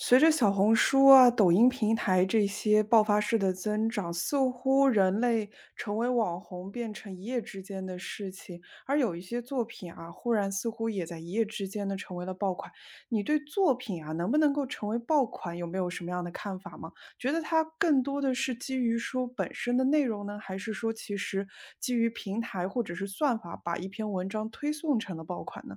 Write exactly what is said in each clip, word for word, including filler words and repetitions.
随着小红书啊、抖音平台这些爆发式的增长，似乎人类成为网红变成一夜之间的事情，而有一些作品啊，忽然似乎也在一夜之间呢成为了爆款。你对作品啊能不能够成为爆款，有没有什么样的看法吗？觉得它更多的是基于说本身的内容呢，还是说其实基于平台或者是算法把一篇文章推送成了爆款呢？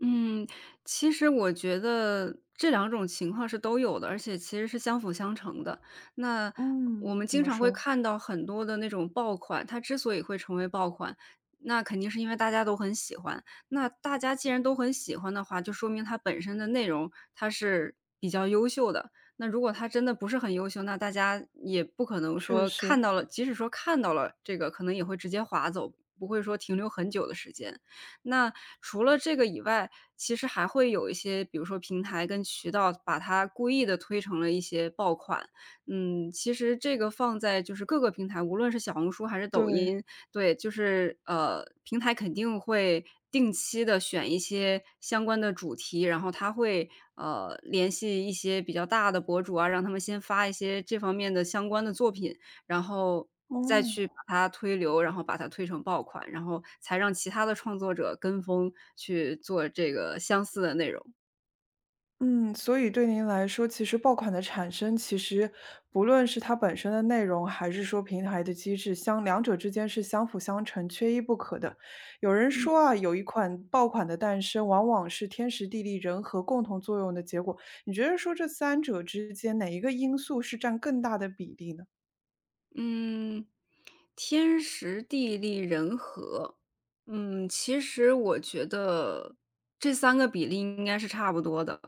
嗯，其实我觉得这两种情况是都有的，而且其实是相辅相成的。那我嗯，们怎经么常会说？看到很多的那种爆款，它之所以会成为爆款，那肯定是因为大家都很喜欢。那大家既然都很喜欢的话，就说明它本身的内容它是比较优秀的。那如果它真的不是很优秀，那大家也不可能确说看实，到了，即使说看到了这个，可能也会直接划走，不会说停留很久的时间。那除了这个以外，其实还会有一些，比如说平台跟渠道把它故意的推成了一些爆款。嗯，其实这个放在就是各个平台，无论是小红书还是抖对，音，对，就是呃，平台肯定会定期的选一些相关的主题，然后它会，呃，联系一些比较大的博主啊，让他们先发一些这方面的相关的作品。然后再去把哦。它推流，然后把它推成爆款，然后才让其他的创作者跟风去做这个相似的内容。嗯，所以对您来说，其实爆款的产生，其实不论是它本身的内容，还是说平台的机制，相两者之间是相辅相成、缺一不可的。有人嗯。说啊，有一款爆款的诞生，往往是天时地利人和共同作用的结果。你觉得说这三者之间，哪一个因素是占更大的比例呢？嗯，天时地利人和，嗯，其实我觉得这三个比例应该是差不多的。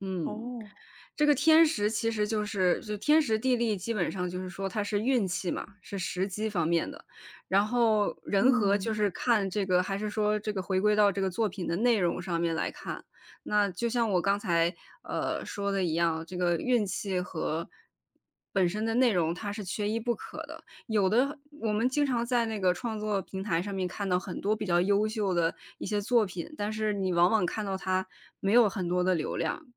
嗯。哦，这个天时其实就是就天时地利，基本上就是说它是运气嘛，是时机方面的。然后人和嗯，就是看这个，还是说这个回归到这个作品的内容上面来看。那就像我刚才呃说的一样，这个运气和本身的内容它是缺一不可的。有的我们经常在那个创作平台上面看到很多比较优秀的一些作品，但是你往往看到它没有很多的流量，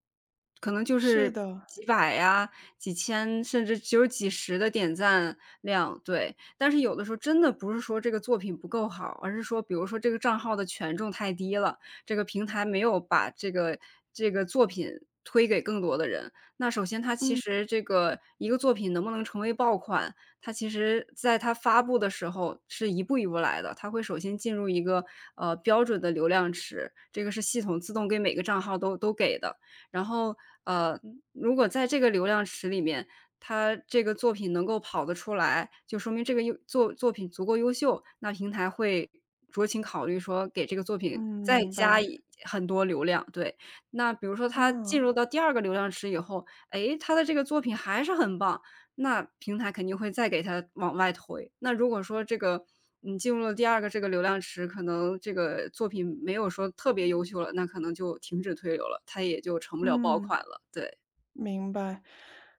可能就是是的，几百呀、几千，甚至只有几十的点赞量，对。但是有的时候真的不是说这个作品不够好，而是说比如说这个账号的权重太低了，这个平台没有把这个这个作品推给更多的人。那首先它其实这个一个作品能不能成为爆款，它其实在它发布的时候是一步一步来的，它会首先进入一个，呃，标准的流量池，这个是系统自动给每个账号都都给的。然后，呃，如果在这个流量池里面，它这个作品能够跑得出来，就说明这个优作作品足够优秀，那平台会酌情考虑说给这个作嗯，品再明加白，一很多流量，对。那比如说它进嗯入到第二个流量池以后，诶，它的这个作品还是很棒，那平台肯定会再给它往外推。那如果说这个你进入了第二个这个流量池，可能这个作品没有说特别优秀了，那可能就停止推流了，它也就成不了爆嗯。款了，对。明白，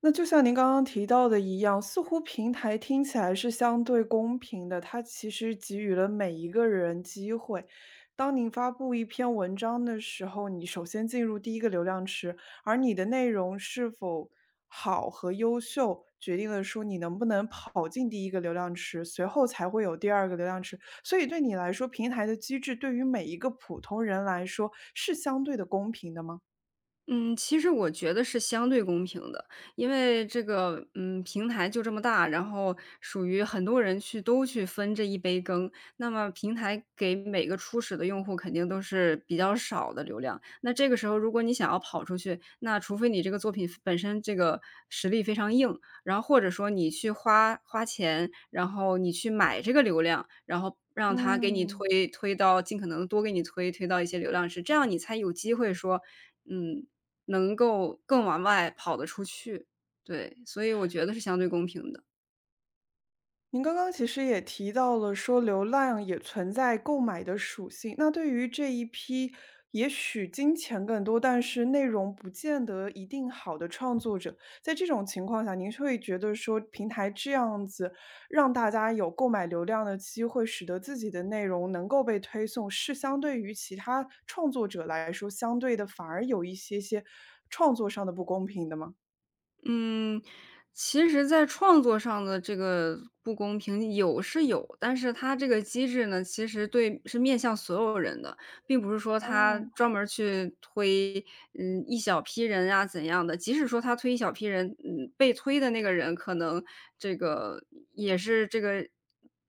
那就像您刚刚提到的一样，似乎平台听起来是相对公平的，它其实给予了每一个人机会。当您发布一篇文章的时候，你首先进入第一个流量池，而你的内容是否好和优秀，决定了说你能不能跑进第一个流量池，随后才会有第二个流量池。所以对你来说，平台的机制对于每一个普通人来说是相对的公平的吗？嗯，其实我觉得是相对公平的，因为这个，嗯，平台就这么大，然后属于很多人去都去分这一杯羹，那么平台给每个初始的用户肯定都是比较少的流量。那这个时候如果你想要跑出去，那除非你这个作品本身这个实力非常硬，然后或者说你去花花钱，然后你去买这个流量，然后让他给你嗯，推推到尽可能多给你推推到一些流量池，这样你才有机会说，嗯，能够更往外跑得出去，对，所以我觉得是相对公平的。您刚刚其实也提到了说流量也存在购买的属性，那对于这一批也许金钱更多，但是内容不见得一定好的创作者，在这种情况下，您会觉得说平台这样子让大家有购买流量的机会，使得自己的内容能够被推送，是相对于其他创作者来说，相对的反而有一些些创作上的不公平的吗？嗯，其实在创作上的这个不公平有是有，但是它这个机制呢，其实对是面向所有人的。并不是说他哦，专门儿去推，嗯，一小批人啊怎样的。即使说他推一小批人，嗯，被推的那个人可能这个也是这个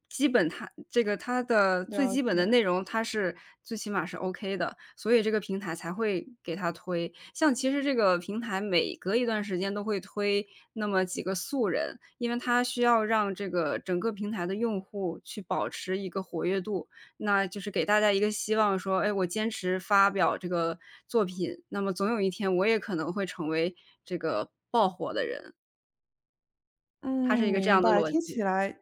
基本他这个他的最了基本的解。内容，他是最起码是 O K 的，所以这个平台才会给他推。像其实这个平台每隔一段时间都会推那么几个素人，因为它需要让这个整个平台的用户去保持一个活跃度，那就是给大家一个希望说，哎，我坚持发表这个作品，那么总有一天我也可能会成为这个爆火的人，他是一嗯，个这明样的嗯白。逻听辑。起来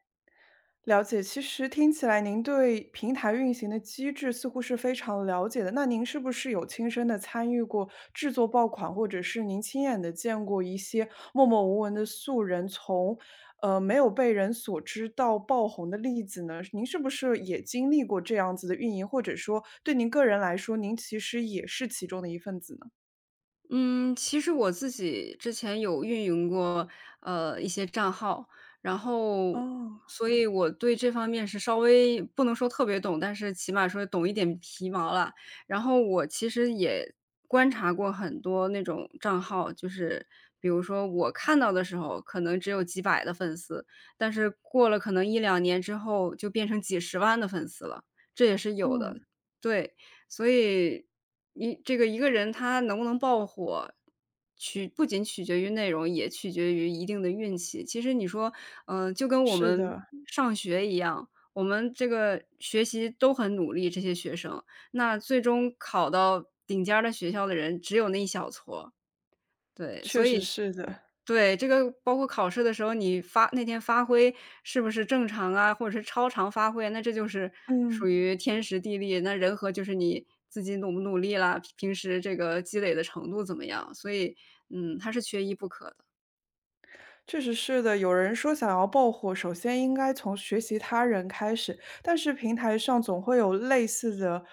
了解，其实听起来您对平台运行的机制似乎是非常了解的。那您是不是有亲身的参与过制作爆款，或者是您亲眼的见过一些默默无闻的素人从呃没有被人所知到爆红的例子呢？您是不是也经历过这样子的运营，或者说对您个人来说，您其实也是其中的一份子呢？嗯，其实我自己之前有运营过，呃，一些账号，然后哦，所以我对这方面是稍微不能说特别懂，但是起码说懂一点皮毛了。然后我其实也观察过很多那种账号，就是比如说我看到的时候可能只有几百的粉丝，但是过了可能一两年之后就变成几十万的粉丝了，这也是有的，嗯，对。所以一这个一个人他能不能爆火，取不仅取决于内容，也取决于一定的运气。其实你说，嗯，就跟我是们的，上学一样，我们这个学习都很努力，这些学生，那最终考到顶尖儿的学校的人只有那一小撮。对，确所以实是的，对，这个包括考试的时候，你发那天发挥是不是正常啊，或者是超常发挥啊，那这就是属嗯。于天时地利，那人和就是你自己努不努力啦，平时这个积累的程度怎么样，所以，嗯，它是缺一不可的。确实是的，有人说想要爆火，首先应该从学习他人开始，但是平台上总会有类似的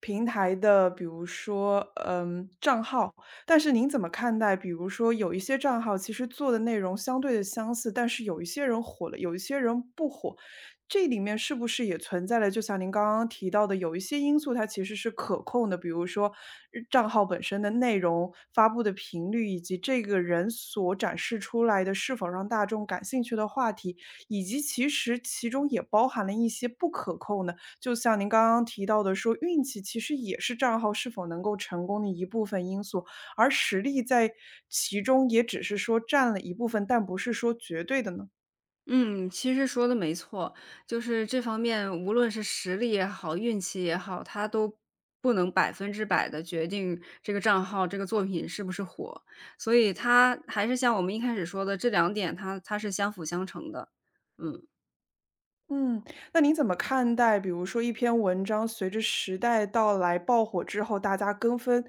平台的，比如说，嗯，账号。但是您怎么看待？比如说有一些账号其实做的内容相对的相似，但是有一些人火了，有一些人不火，这里面是不是也存在了，就像您刚刚提到的，有一些因素它其实是可控的，比如说呃账号本身的内容、发布的频率，以及这个人所展示出来的是否让大众感兴趣的话题，以及其实其中也包含了一些不可控的，就像您刚刚提到的说，运气其实也是账号是否能够成功的一部分因素，而实力在其中也只是说占了一部分，但不是说绝对的呢？嗯，其实说的没错，就是这方面，无论是实力也好，运气也好，它都不能百分之百的决定这个账号、这个作品是不是火。所以它还是像我们一开始说的，这两点它它是相辅相成的，嗯。嗯，那您怎么看待，比如说一篇文章随着时代到来爆火之后，大家跟风、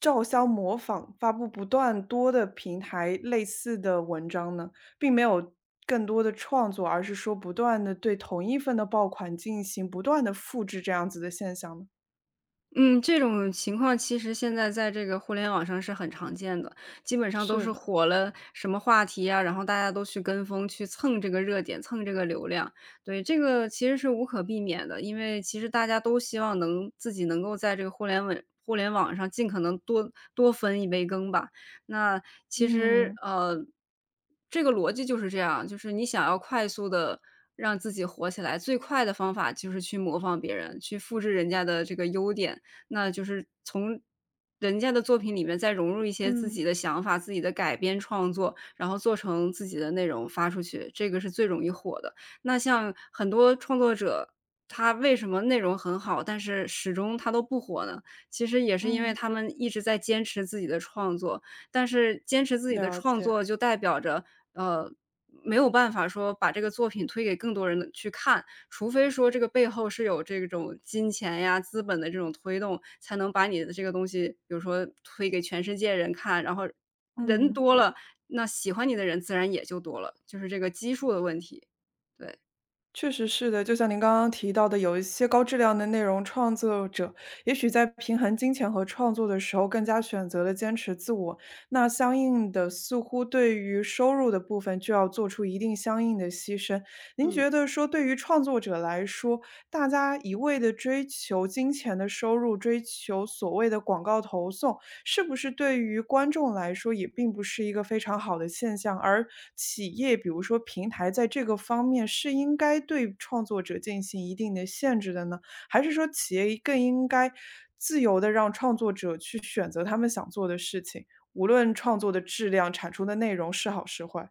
照相模仿，发布不断多的平台类似的文章呢？并没有更多的创作，而是说不断的对同一份的爆款进行不断的复制这样子的现象呢？嗯，这种情况其实现在在这个互联网上是很常见的，基本上都是是的，火了什么话题啊，然后大家都去跟风，去蹭这个热点，蹭这个流量。对，这个其实是无可避免的，因为其实大家都希望能自己能够在这个互联网互联网上尽可能多多分一杯羹吧。那其实嗯呃，这个逻辑就是这样，就是你想要快速的让自己火起来，最快的方法就是去模仿别人，去复制人家的这个优点。那就是从人家的作品里面再融入一些自己嗯的想法、自己的改编创作，然后做成自己的内容发出去，这个是最容易火的。那像很多创作者，他为什么内容很好，但是始终他都不火呢？其实也是因为嗯，他们一直在坚持自己的创作，但是坚持自己的了创解，作就代表着，呃，没有办法说把这个作品推给更多人的去看，除非说这个背后是有这种金钱呀、资本的这种推动，才能把你的这个东西，比如说推给全世界人看，然后人嗯。多了，那喜欢你的人自然也就多了，就是这个基数的问题，对。确实是的，就像您刚刚提到的，有一些高质量的内容创作者，也许在平衡金钱和创作的时候，更加选择了坚持自我。那相应的，似乎对于收入的部分就要做出一定相应的牺牲。您嗯。觉得说，对于创作者来说，大家一味的追求金钱的收入，追求所谓的广告投送，是不是对于观众来说也并不是一个非常好的现象？而企业，比如说平台在这个方面是应该对创作者进行一定的限制的呢？还是说企业更应该自由地让创作者去选择他们想做的事情，无论创作的质量、产出的内容是好是坏？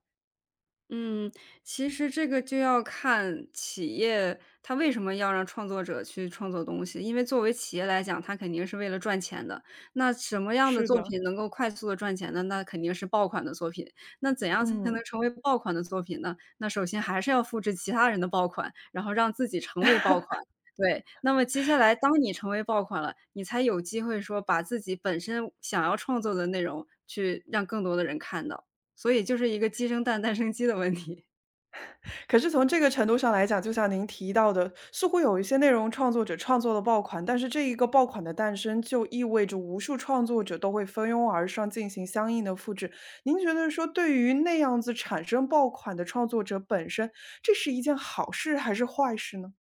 嗯，其实这个就要看企业它为什么要让创作者去创作东西。因为作为企业来讲，它肯定是为了赚钱的。那什么样的是作的，品能够快速的赚钱呢？那肯定是爆款的作品。那怎样才能嗯。成为爆款的作品呢？那首先还是要复制其他人的爆款，然后让自己成为爆款。对，那么接下来当你成为爆款了，你才有机会说把自己本身想要创作的内容去让更多的人看到。所以就是一个鸡生蛋，蛋生鸡的问题。可是从这个程度上来讲，就像您提到的，似乎有一些内容创作者创作了爆款，但是这一个爆款的诞生，就意味着无数创作者都会蜂拥而上进行相应的复制。您觉得说，对于那样子产生爆款的创作者本身，这是一件好事还是坏事呢？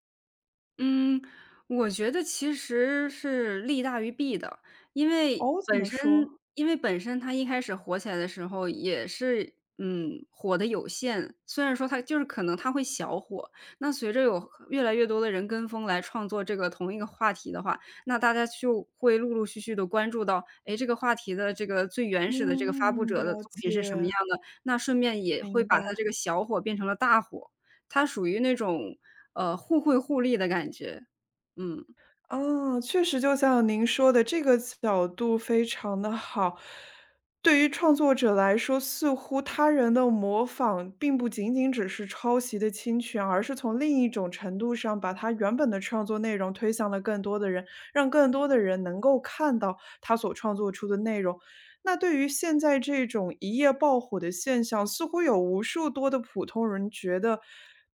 嗯，我觉得其实是利大于弊的，因为哦，怎本么说？身因为本身它一开始火起来的时候也是，嗯，火的有限，虽然说它就是可能它会小火，那随着有越来越多的人跟风来创作这个同一个话题的话，那大家就会陆陆续续的关注到，哎，这个话题的这个最原始的这个发布嗯，者的了作品解，是什么样的，那顺便也会明把它这白。个小火变成了大火，它属于那种呃，互惠互利的感觉，嗯。哦，确实就像您说的，这个角度非常的好。对于创作者来说，似乎他人的模仿并不仅仅只是抄袭的侵权，而是从另一种程度上把他原本的创作内容推向了更多的人，让更多的人能够看到他所创作出的内容。那对于现在这种一夜爆火的现象，似乎有无数多的普通人觉得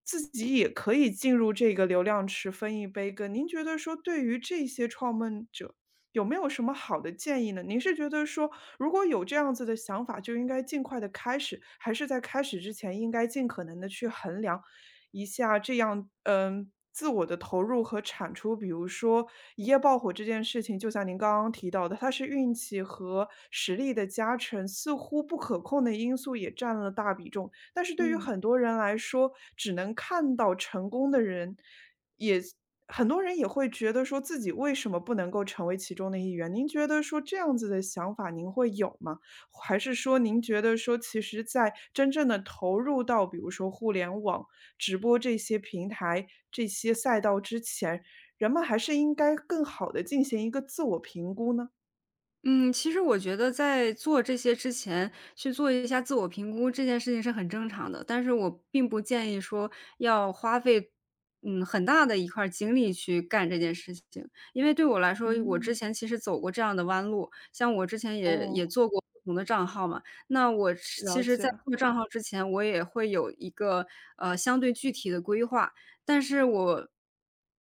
自己也可以进入这个流量池分一杯羹。您觉得说对于这些创梦者，有没有什么好的建议呢？您是觉得说，如果有这样子的想法，就应该尽快的开始，还是在开始之前应该尽可能的去衡量一下这样，嗯，自我的投入和产出。比如说一夜爆火这件事情，就像您刚刚提到的，它是运气和实力的加成，似乎不可控的因素也占了大比重。但是对于嗯，很多人来说，只能看到成功的人，也很多人也会觉得说自己为什么不能够成为其中的一员？您觉得说这样子的想法您会有吗？还是说您觉得说，其实在真正的投入到比如说互联网直播这些平台、这些赛道之前，人们还是应该更好的进行一个自我评估呢？嗯，其实我觉得在做这些之前，去做一下自我评估，这件事情是很正常的。但是我并不建议说要花费，嗯，很大的一块儿精力去干这件事情。因为对我来说，我之嗯，前其实走过这样的弯路，像我之前也也哦，做过不同的账号嘛，那我是其了实在解，做账号之前，我也会有一个，呃，相对具体的规划。但是我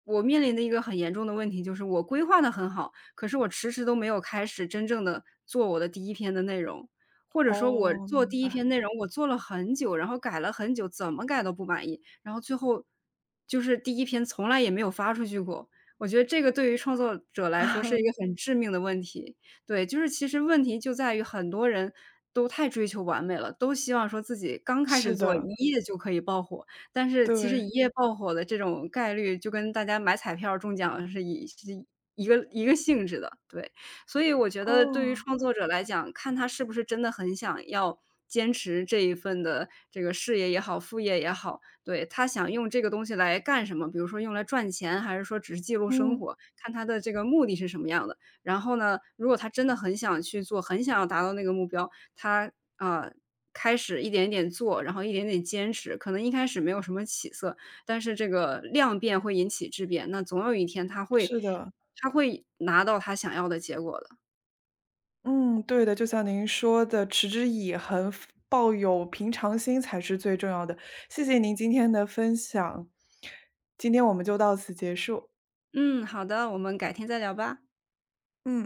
我面临的一个很严重的问题就是我规划的很好，可是我迟迟都没有开始真正的做我的第一篇的内容，或者说我哦，做明第一白，篇内容，我做了很久，然后改了很久，怎么改都不满意，然后最后就是第一篇从来也没有发出去过。我觉得这个对于创作者来说是一个 很致命的问题。对，就是其实问题就在于很多人都太追求完美了，都希望说自己刚开始是做一的，夜就可以爆火，但是其实对，一夜爆火的这种概率，就跟大家买彩票中奖是一是一个一个性质的，对。所以我觉得对于哦，创作者来讲，看他是不是真的很想要坚持这一份的这个事业也好，副业也好，对，他想用这个东西来干什么？比如说用来赚钱，还是说只是记录生嗯，活，看他的这个目的是什么样的。然后呢，如果他真的很想去做，很想要达到那个目标，他啊开始一点点做，然后一点点坚持，可能一开始没有什么起色，但是这个量变会引起质变，那总有一天他会是的，他会拿到他想要的结果的。嗯，对的，就像您说的，持之以恒，抱有平常心才是最重要的。谢谢您今天的分享，今天我们就到此结束，嗯，好的，我们改天再聊吧。嗯。